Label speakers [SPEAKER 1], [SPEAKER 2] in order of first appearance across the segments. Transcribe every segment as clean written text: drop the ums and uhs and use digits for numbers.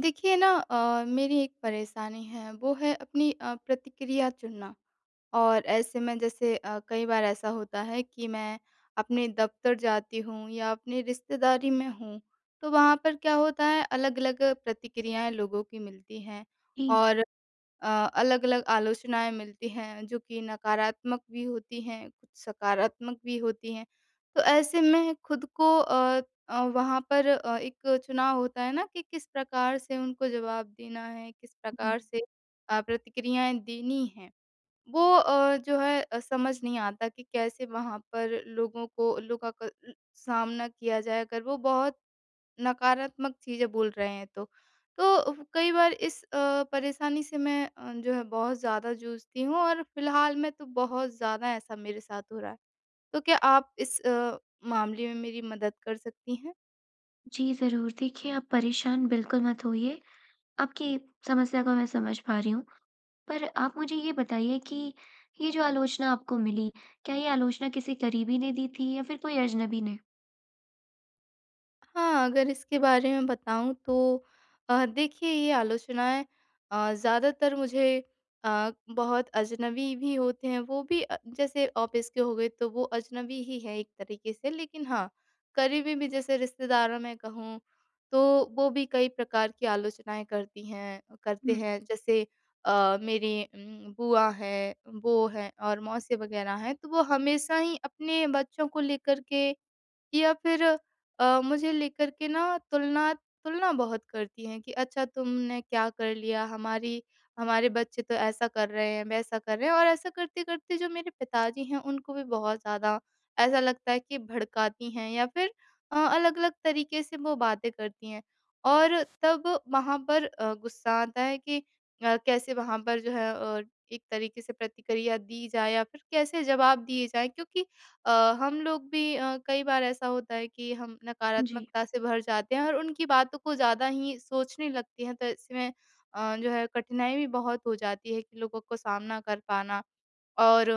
[SPEAKER 1] देखिए ना, मेरी एक परेशानी है, वो है अपनी प्रतिक्रिया चुनना। और ऐसे में जैसे कई बार ऐसा होता है कि मैं अपने दफ्तर जाती हूँ या अपनी रिश्तेदारी में हूँ, तो वहाँ पर क्या होता है, अलग-अलग प्रतिक्रियाएं लोगों की मिलती हैं।
[SPEAKER 2] जी।
[SPEAKER 1] और अ, अलग-अलग आलोचनाएँ मिलती हैं, जो कि नकारात्मक भी होती हैं, कुछ सकारात्मक भी होती हैं। तो ऐसे में खुद को वहाँ पर एक चुनाव होता है ना, कि किस प्रकार से उनको जवाब देना है, किस
[SPEAKER 2] हुँ।
[SPEAKER 1] प्रकार से प्रतिक्रियाएँ देनी हैं। वो जो है समझ नहीं आता कि कैसे वहाँ पर लोगों को, लोगों का सामना किया जाए, अगर वो बहुत नकारात्मक चीज़ें बोल रहे हैं तो। तो वो कई बार इस परेशानी से मैं जो है बहुत ज़्यादा जूझती हूँ, और फिलहाल में तो बहुत ज़्यादा ऐसा मेरे साथ हो रहा है। तो क्या आप इस मामले में मेरी मदद कर सकती हैं?
[SPEAKER 2] जी, ज़रूर। देखिए, आप परेशान बिल्कुल मत होइए, आपकी समस्या को मैं समझ पा रही हूँ। पर आप मुझे ये बताइए कि ये जो आलोचना आपको मिली, क्या ये आलोचना किसी करीबी ने दी थी या फिर कोई अजनबी ने?
[SPEAKER 1] हाँ, अगर इसके बारे में बताऊँ तो देखिए, ये आलोचनाएँ ज़्यादातर मुझे अ, बहुत अजनबी भी होते हैं, वो भी जैसे ऑफ़िस के हो गए, तो वो अजनबी ही है एक तरीके से। लेकिन हाँ, करीबी भी, जैसे रिश्तेदारों में कहूँ तो, वो भी कई प्रकार की आलोचनाएँ करती हैं करते
[SPEAKER 2] हुँ।
[SPEAKER 1] हैं। जैसे, मेरी बुआ हैं, वो हैं और मौसी वग़ैरह हैं, तो वो हमेशा ही अपने बच्चों को लेकर के, या फिर मुझे लेकर के ना, तुलना तुलना बहुत करती हैं कि अच्छा, तुमने क्या कर लिया, हमारी हमारे बच्चे तो ऐसा कर रहे हैं, वैसा कर रहे हैं, और ऐसा करते-करते जो मेरे पिताजी हैं, उनको भी बहुत ज़्यादा ऐसा लगता है कि भड़काती हैं, या फिर अलग-अलग तरीके से वो बातें करती हैं। और तब वहाँ पर गुस्सा आता है कि कैसे वहाँ पर जो है एक तरीके से प्रतिक्रिया दी जाए, या फिर कैसे जवाब दिए जाएँ, क्योंकि अ, हम लोग भी कई बार ऐसा होता है कि हम
[SPEAKER 2] जी।
[SPEAKER 1] नकारात्मकता से भर जाते हैं और उनकी बातों को ज़्यादा ही सोचने लगते हैं, तो इसमें जो है कठिनाई भी बहुत हो जाती है कि लोगों को सामना कर पाना। और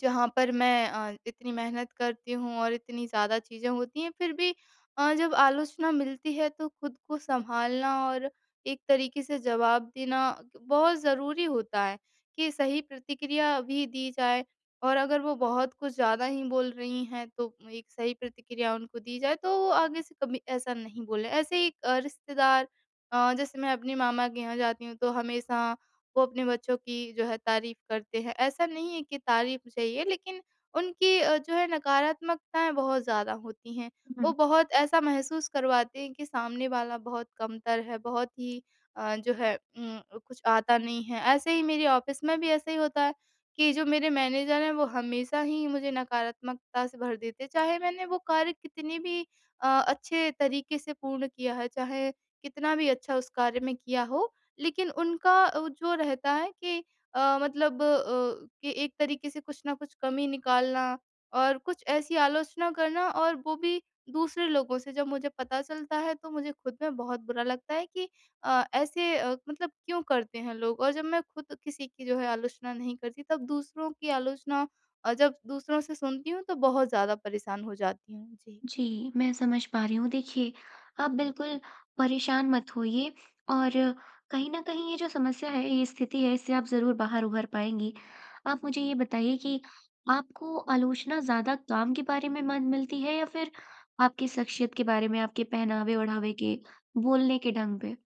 [SPEAKER 1] जहाँ पर मैं इतनी मेहनत करती हूँ और इतनी ज़्यादा चीज़ें होती हैं, फिर भी जब आलोचना मिलती है, तो खुद को सँभालना और एक तरीके से जवाब देना बहुत ज़रूरी होता है, कि सही प्रतिक्रिया भी दी जाए, और अगर वो बहुत कुछ ज़्यादा ही बोल रही हैं, तो एक सही प्रतिक्रिया उनको दी जाए, तो वो आगे से कभी ऐसा नहीं बोलें। ऐसे ही एक रिश्तेदार, जैसे मैं अपने मामा के यहाँ जाती हूँ, तो हमेशा वो अपने बच्चों की जो है तारीफ़ करते हैं। ऐसा नहीं है कि तारीफ़ चाहिए, लेकिन उनकी जो है नकारात्मकताएँ बहुत ज़्यादा होती हैं।
[SPEAKER 2] हुँ।
[SPEAKER 1] वो बहुत ऐसा महसूस करवाते हैं कि सामने वाला बहुत कमतर है, बहुत ही जो है, कुछ आता नहीं है। ऐसे ही मेरे ऑफ़िस में भी ऐसा ही होता है, कि जो मेरे मैनेजर हैं, वो हमेशा ही मुझे नकारात्मकता से भर देते हैं। चाहे मैंने वो कार्य कितनी भी अच्छे तरीके से पूर्ण किया है, चाहे कितना भी अच्छा उस कार्य में किया हो, लेकिन उनका जो रहता है कि, मतलब, कि एक तरीके से कुछ ना कुछ कमी निकालना, और कुछ ऐसी आलोचना करना, और वो भी दूसरे लोगों से जब मुझे पता चलता है, तो मुझे खुद में बहुत बुरा लगता है, कि ऐसे मतलब क्यों करते हैं लोग, और जब मैं खुद किसी की जो है आलोचना नहीं करती, तब दूसरों की आलोचना जब दूसरों से सुनती हूँ, तो बहुत ज़्यादा परेशान हो जाती हूँ जी।
[SPEAKER 2] जी, मैं समझ पा रही हूँ। देखिए, आप बिल्कुल परेशान मत होइए और कहीं न कहीं ये जो समस्या है, ये स्थिति है, इससे आप ज़रूर बाहर उभर पाएँगी। आप मुझे ये बताइए कि आपको आलोचना ज़्यादा काम के बारे में मन मिलती है या फिर आपकी शख्सियत के बारे में, आपके पहनावे-ओढ़ावे के, बोलने के ढंग पे?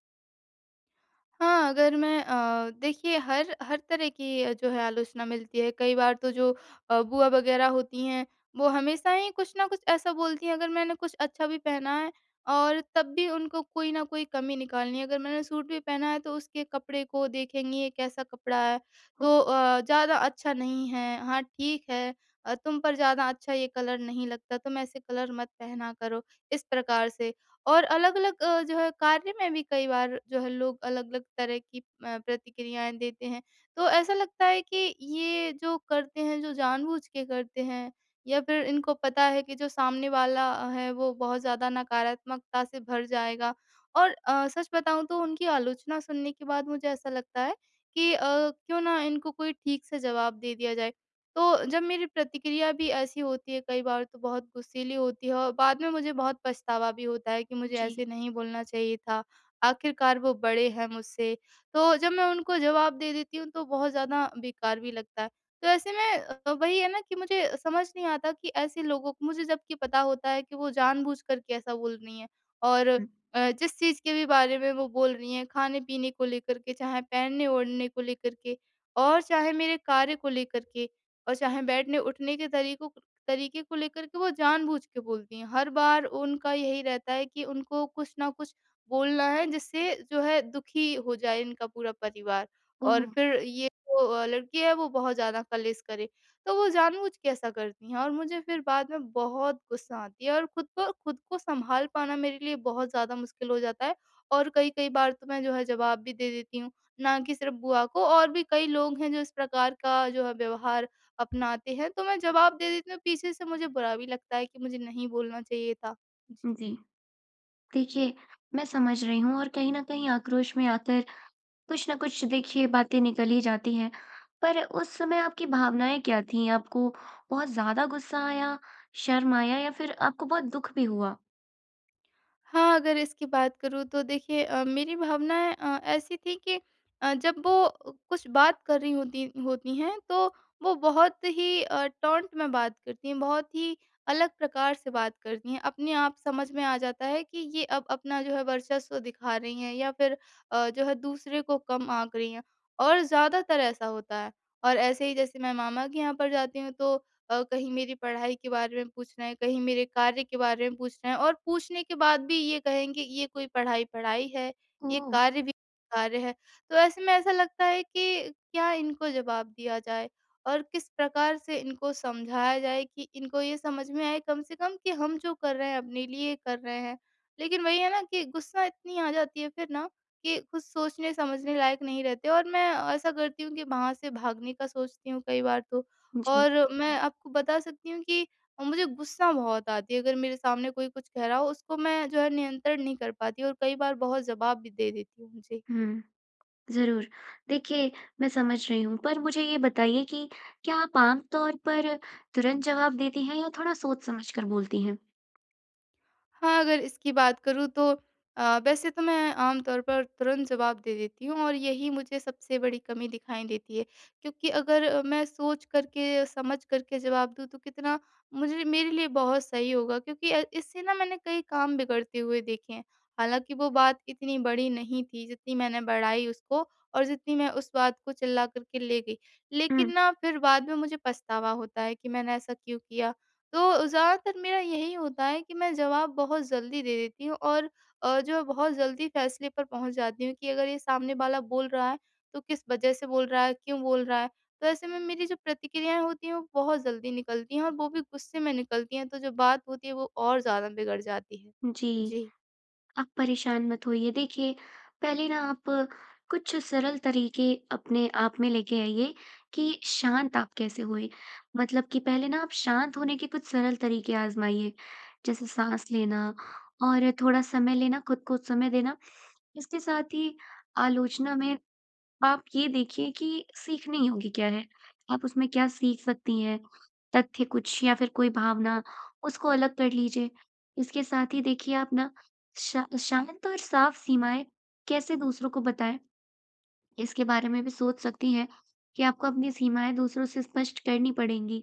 [SPEAKER 1] हाँ, अगर मैं देखिए, हर हर तरह की जो है आलोचना मिलती है। कई बार तो जो बुआ वग़ैरह होती हैं, वो हमेशा ही कुछ न कुछ ऐसा बोलती हैं, अगर मैंने कुछ अच्छा भी पहना है, और तब भी उनको कोई न कोई कमी निकालनी है। अगर मैंने सूट भी पहना है, तो उसके कपड़े को देखेंगी, ये कैसा कपड़ा है,
[SPEAKER 2] ओह!
[SPEAKER 1] तो ज़्यादा अच्छा नहीं है, हाँ, ठीक है, तुम पर ज़्यादा अच्छा ये कलर नहीं लगता, तुम ऐसे कलर मत पहना करो, इस प्रकार से। और अलग-अलग, जो है, कार्य में भी कई बार जो है लोग अलग-अलग तरह की प्रतिक्रियाएँ देते हैं। तो ऐसा लगता है कि ये जो करते हैं, जो जानबूझ के करते हैं, या फिर इनको पता है कि जो सामने वाला है वो बहुत ज़्यादा नकारात्मकता से भर जाएगा। और सच बताऊँ तो उनकी आलोचना सुनने के बाद मुझे ऐसा लगता है कि क्यों ना इनको कोई ठीक से जवाब दे दिया जाए। तो जब मेरी प्रतिक्रिया भी ऐसी होती है, कई बार तो बहुत गुस्सैली होती है, और बाद में मुझे बहुत पछतावा भी होता है कि मुझे ऐसे
[SPEAKER 2] जी।
[SPEAKER 1] नहीं बोलना चाहिए था। आखिरकार वो बड़े हैं मुझसे, तो जब मैं उनको जवाब दे देती हूँ, तो बहुत ज़्यादा बेकार भी लगता है। तो ऐसे में वही है ना कि मुझे समझ नहीं आता कि ऐसे लोगों को, मुझे जबकि पता होता है कि वो जानबूझकर के ऐसा बोल रही हैं, और
[SPEAKER 2] हुँ।
[SPEAKER 1] जिस चीज़ के भी बारे में वो बोल रही हैं, खाने-पीने को लेकर के, चाहे पहनने-ओढ़ने को लेकर के, और चाहे मेरे कार्य को लेकर के। और चाहे बैठने-उठने के तरीकों तरीके को लेकर के वो जानबूझ के बोलती हैं। हर बार उनका यही रहता है कि उनको कुछ ना कुछ बोलना है, जिससे जो है दुखी हो जाए इनका पूरा परिवार, और
[SPEAKER 2] ओह!
[SPEAKER 1] फिर ये जो लड़की है वो बहुत ज़्यादा कलेश करे। तो वो जानबूझ के ऐसा करती हैं, और मुझे फिर बाद में बहुत गुस्सा आती है, और खुद को सँभाल पाना मेरे लिए बहुत ज़्यादा मुश्किल हो जाता है, और कई-कई बार तो मैं जो है जवाब भी दे देती हूँ, ना कि सिर्फ़ बुआ को, और भी कई लोग हैं जो इस प्रकार का जो है व्यवहार अपनाते हैं, तो मैं जवाब दे देती हूँ, पीछे से मुझे बुरा भी लगता है कि मुझे नहीं बोलना चाहिए था। जी।
[SPEAKER 2] जी। देखिए, मैं समझ रही हूँ और कहीं न कहीं आक्रोश में आकर कुछ ना कुछ देखिए बातें निकल ही जाती हैं। पर उस समय आपकी भावनाएँ क्या थीं? आपको बहुत ज़्यादा गुस्सा आया, शर्म आया या फिर आपको बहुत दुःख भी हुआ?
[SPEAKER 1] हाँ, अगर इसकी बात करूँ तो देखिए, मेरी भावनाएँ ऐसी थी कि, जब वो कुछ बात कर रही होती होती हैं, तो वो बहुत ही टॉन्ट में बात करती हैं, बहुत ही अलग प्रकार से बात करती हैं। अपने आप समझ में आ जाता है कि ये अब अपना जो है वर्चस्व दिखा रही हैं, या फिर जो है दूसरे को कम आँक रही हैं, और ज़्यादातर ऐसा होता है। और ऐसे ही, जैसे मैं मामा के यहाँ पर जाती हूँ, तो कहीं मेरी पढ़ाई के बारे में पूछ रहे हैं, कहीं मेरे कार्य के बारे में पूछ रहे हैं, और पूछने के बाद भी ये कहेंगे, ये कोई पढ़ाई पढ़ाई है, ये
[SPEAKER 2] ओह!
[SPEAKER 1] कार्य भी कार्य है। तो ऐसे में ऐसा लगता है कि क्या इनको जवाब दिया जाए, और किस प्रकार से इनको समझाया जाए, कि इनको ये समझ में आए कम से कम, कि हम जो कर रहे हैं अपने लिए कर रहे हैं। लेकिन वही है ना कि गुस्सा इतनी आ जाती है फिर ना, कि कुछ सोचने समझने लायक नहीं रहते, और मैं ऐसा करती हूँ कि वहाँ से भागने का सोचती हूँ, कई बार तो।
[SPEAKER 2] जी।
[SPEAKER 1] और मैं आपको बता सकती हूँ कि मुझे गुस्सा बहुत आती है, अगर मेरे सामने कोई कुछ कह रहा हो, उसको मैं जो है नियंत्रण नहीं कर पाती, और कई बार बहुत जवाब भी दे देती हूँ जी।
[SPEAKER 2] हुँ, ज़रूर। देखिए, मैं समझ रही हूँ, पर मुझे ये बताइए कि क्या आप आम तौर पर तुरंत जवाब देती हैं या थोड़ा सोच समझ कर बोलती हैं?
[SPEAKER 1] हाँ, अगर इसकी बात करूँ तो वैसे तो मैं आम तौर पर तुरंत जवाब दे देती हूँ, और यही मुझे सबसे बड़ी कमी दिखाई देती है। क्योंकि अगर मैं सोच करके, समझ करके जवाब दूँ, तो कितना मुझे, मेरे लिए बहुत सही होगा, क्योंकि इससे ना मैंने कई काम बिगड़ते हुए देखे हैं। हालाँकि वो बात इतनी बड़ी नहीं थी, जितनी मैंने बढ़ाई उसको, और जितनी मैं उस बात को चिल्ला कर के ले गई। लेकिन
[SPEAKER 2] हुँ।
[SPEAKER 1] ना फिर बाद में मुझे पछतावा होता है कि मैंने ऐसा क्यों किया? तो ज़्यादातर मेरा यही होता है कि मैं जवाब बहुत जल्दी दे देती हूँ, और जो है बहुत जल्दी फैसले पर पहुँच जाती हूँ कि अगर ये सामने वाला बोल रहा है, तो किस वजह से बोल रहा है, क्यों बोल रहा है। तो ऐसे में मेरी जो प्रतिक्रियाएँ होती हैं, वो बहुत जल्दी निकलती हैं, और वो भी गुस्से में निकलती हैं, तो जो बात होती है वो और ज़्यादा बिगड़ जाती है।
[SPEAKER 2] जी।
[SPEAKER 1] जी।
[SPEAKER 2] आप परेशान मत होइए। देखिए, पहले ना आप कुछ सरल तरीके अपने आप में लेके आइए कि शांत आप कैसे हुए। मतलब कि पहले ना आप शांत होने के कुछ सरल तरीके आज़माइए, जैसे साँस लेना और थोड़ा समय लेना, खुद को समय देना। इसके साथ ही आलोचना में आप ये देखिए कि सीखनी ही होगी क्या है, आप उसमें क्या सीख सकती हैं, तथ्य कुछ या फिर कोई भावना, उसको अलग कर लीजिए। इसके साथ ही देखिए, आप ना शा शांत और साफ सीमाएँ कैसे दूसरों को बताएँ, इसके बारे में भी सोच सकती हैं, कि आपको अपनी सीमाएँ दूसरों से स्पष्ट करनी पड़ेंगी,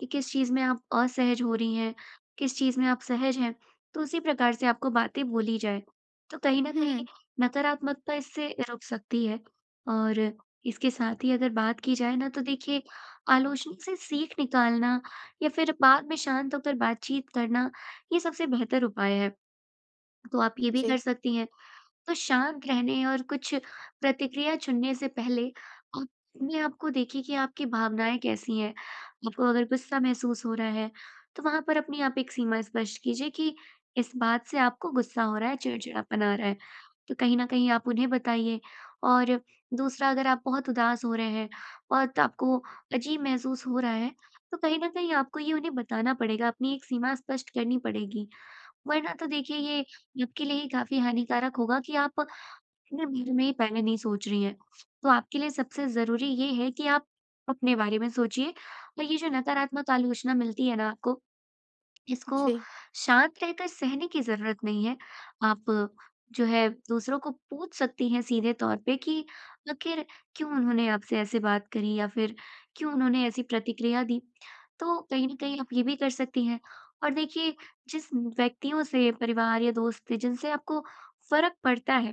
[SPEAKER 2] कि किस चीज़ में आप असहज हो रही हैं, किस चीज़ में आप सहज हैं। तो उसी प्रकार से आपको बातें बोली जाएँ, तो कहीं न कहीं
[SPEAKER 1] हुँ।
[SPEAKER 2] नकारात्मकता इससे रुक सकती है। और इसके साथ ही अगर बात की जाए ना, तो देखिए, आलोचना से सीख निकालना या फिर बाद में शांत होकर बातचीत करना, ये सबसे बेहतर उपाय है। तो आप ये भी कर
[SPEAKER 1] जी,
[SPEAKER 2] सकती हैं। तो शांत रहने और कुछ प्रतिक्रिया चुनने से पहले आप अपने आप को देखिए कि आपकी भावनाएँ कैसी हैं। आपको अगर गुस्सा महसूस हो रहा है, तो वहाँ पर अपनी आप एक सीमा स्पष्ट कीजिए कि इस बात से आपको गुस्सा हो रहा है, चिड़चिड़ापन आ रहा है। तो कहीं न कहीं आप उन्हें बताइए। और दूसरा, अगर आप बहुत उदास हो रहे हैं और त आपको अजीब महसूस हो रहा है, तो कहीं न कहीं आपको ये उन्हें बताना पड़ेगा, अपनी एक सीमा स्पष्ट करनी पड़ेगी। वरना तो देखिए, ये आपके लिए ही काफ़ी हानिकारक होगा कि आप अपने बारे में ही पहले नहीं सोच रही हैं। तो आपके लिए सबसे ज़रूरी ये है कि आप अपने बारे में सोचिए और ये जो नकारात्मक आलोचना मिलती है ना आपको, इसको
[SPEAKER 1] जी,
[SPEAKER 2] शांत रहकर सहने की ज़रूरत नहीं है। आप जो है दूसरों को पूछ सकती हैं सीधे तौर पे कि आखिर क्यों उन्होंने आपसे ऐसे बात करी या फिर क्यों उन्होंने ऐसी प्रतिक्रिया दी। तो कहीं न कहीं आप ये भी कर सकती हैं। और देखिए, जिस व्यक्तियों से, परिवार या दोस्त से, जिनसे आपको फ़र्क पड़ता है,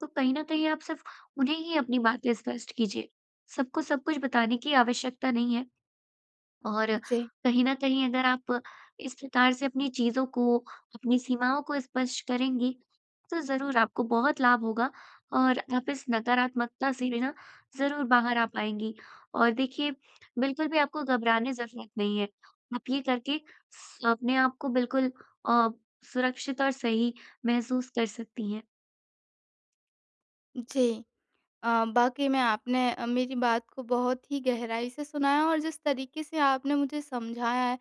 [SPEAKER 2] तो कहीं न कहीं आप सिर्फ़ उन्हें ही अपनी बातें स्पष्ट कीजिए। सबको सब कुछ बताने की आवश्यकता नहीं है। और
[SPEAKER 1] जी,
[SPEAKER 2] कहीं न कहीं अगर आप इस प्रकार से अपनी चीज़ों को, अपनी सीमाओं को स्पष्ट करेंगी, तो ज़रूर आपको बहुत लाभ होगा और आप इस नकारात्मकता से भी ना ज़रूर बाहर आ पाएँगी। और देखिए, बिल्कुल भी आपको घबराने ज़रूरत नहीं है। आप ये करके स अपने आप को बिल्कुल अ, सुरक्षित और सही महसूस कर सकती हैं।
[SPEAKER 1] जी। बाक़ई में आपने मेरी बात को बहुत ही गहराई से सुना है, और जिस तरीके से आपने मुझे समझाया है,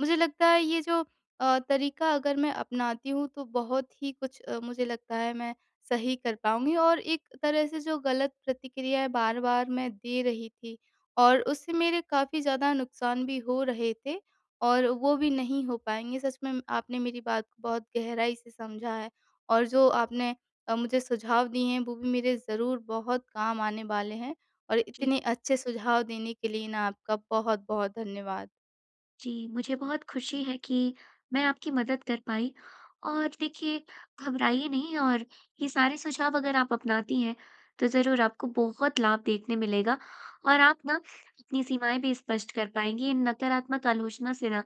[SPEAKER 1] मुझे लगता है ये जो तरीका, अगर मैं अपनाती हूँ तो बहुत ही कुछ, मुझे लगता है मैं सही कर पाऊँगी, और एक तरह से जो गलत प्रतिक्रियाएँ बार-बार मैं दे रही थी, और उससे मेरे काफ़ी ज़्यादा नुकसान भी हो रहे थे, और वो भी नहीं हो पाएँगे। सच में आपने मेरी बात को बहुत गहराई से समझा है, और जो आपने मुझे सुझाव दिए हैं, वो भी मेरे ज़रूर बहुत काम आने वाले हैं, और
[SPEAKER 2] जी।
[SPEAKER 1] इतने अच्छे सुझाव देने के लिए ना आपका बहुत-बहुत धन्यवाद।
[SPEAKER 2] जी, मुझे बहुत खुशी है कि मैं आपकी मदद कर पाई और देखिए, घबराइए नहीं। और ये सारे सुझाव अगर आप अपनाती हैं, तो ज़रूर आपको बहुत लाभ देखने मिलेगा और आप ना अपनी सीमाएँ भी स्पष्ट कर पाएँगी। इन नकारात्मक आलोचना से ना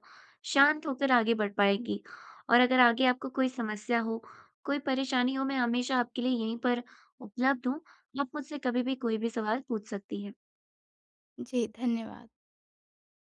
[SPEAKER 2] शांत होकर आगे बढ़ पाएँगी। और अगर आगे आपको कोई समस्या हो, कोई परेशानी हो, मैं हमेशा आपके लिए यहीं पर उपलब्ध हूँ। आप मुझसे कभी भी कोई भी सवाल पूछ सकती हैं।
[SPEAKER 1] जी, धन्यवाद।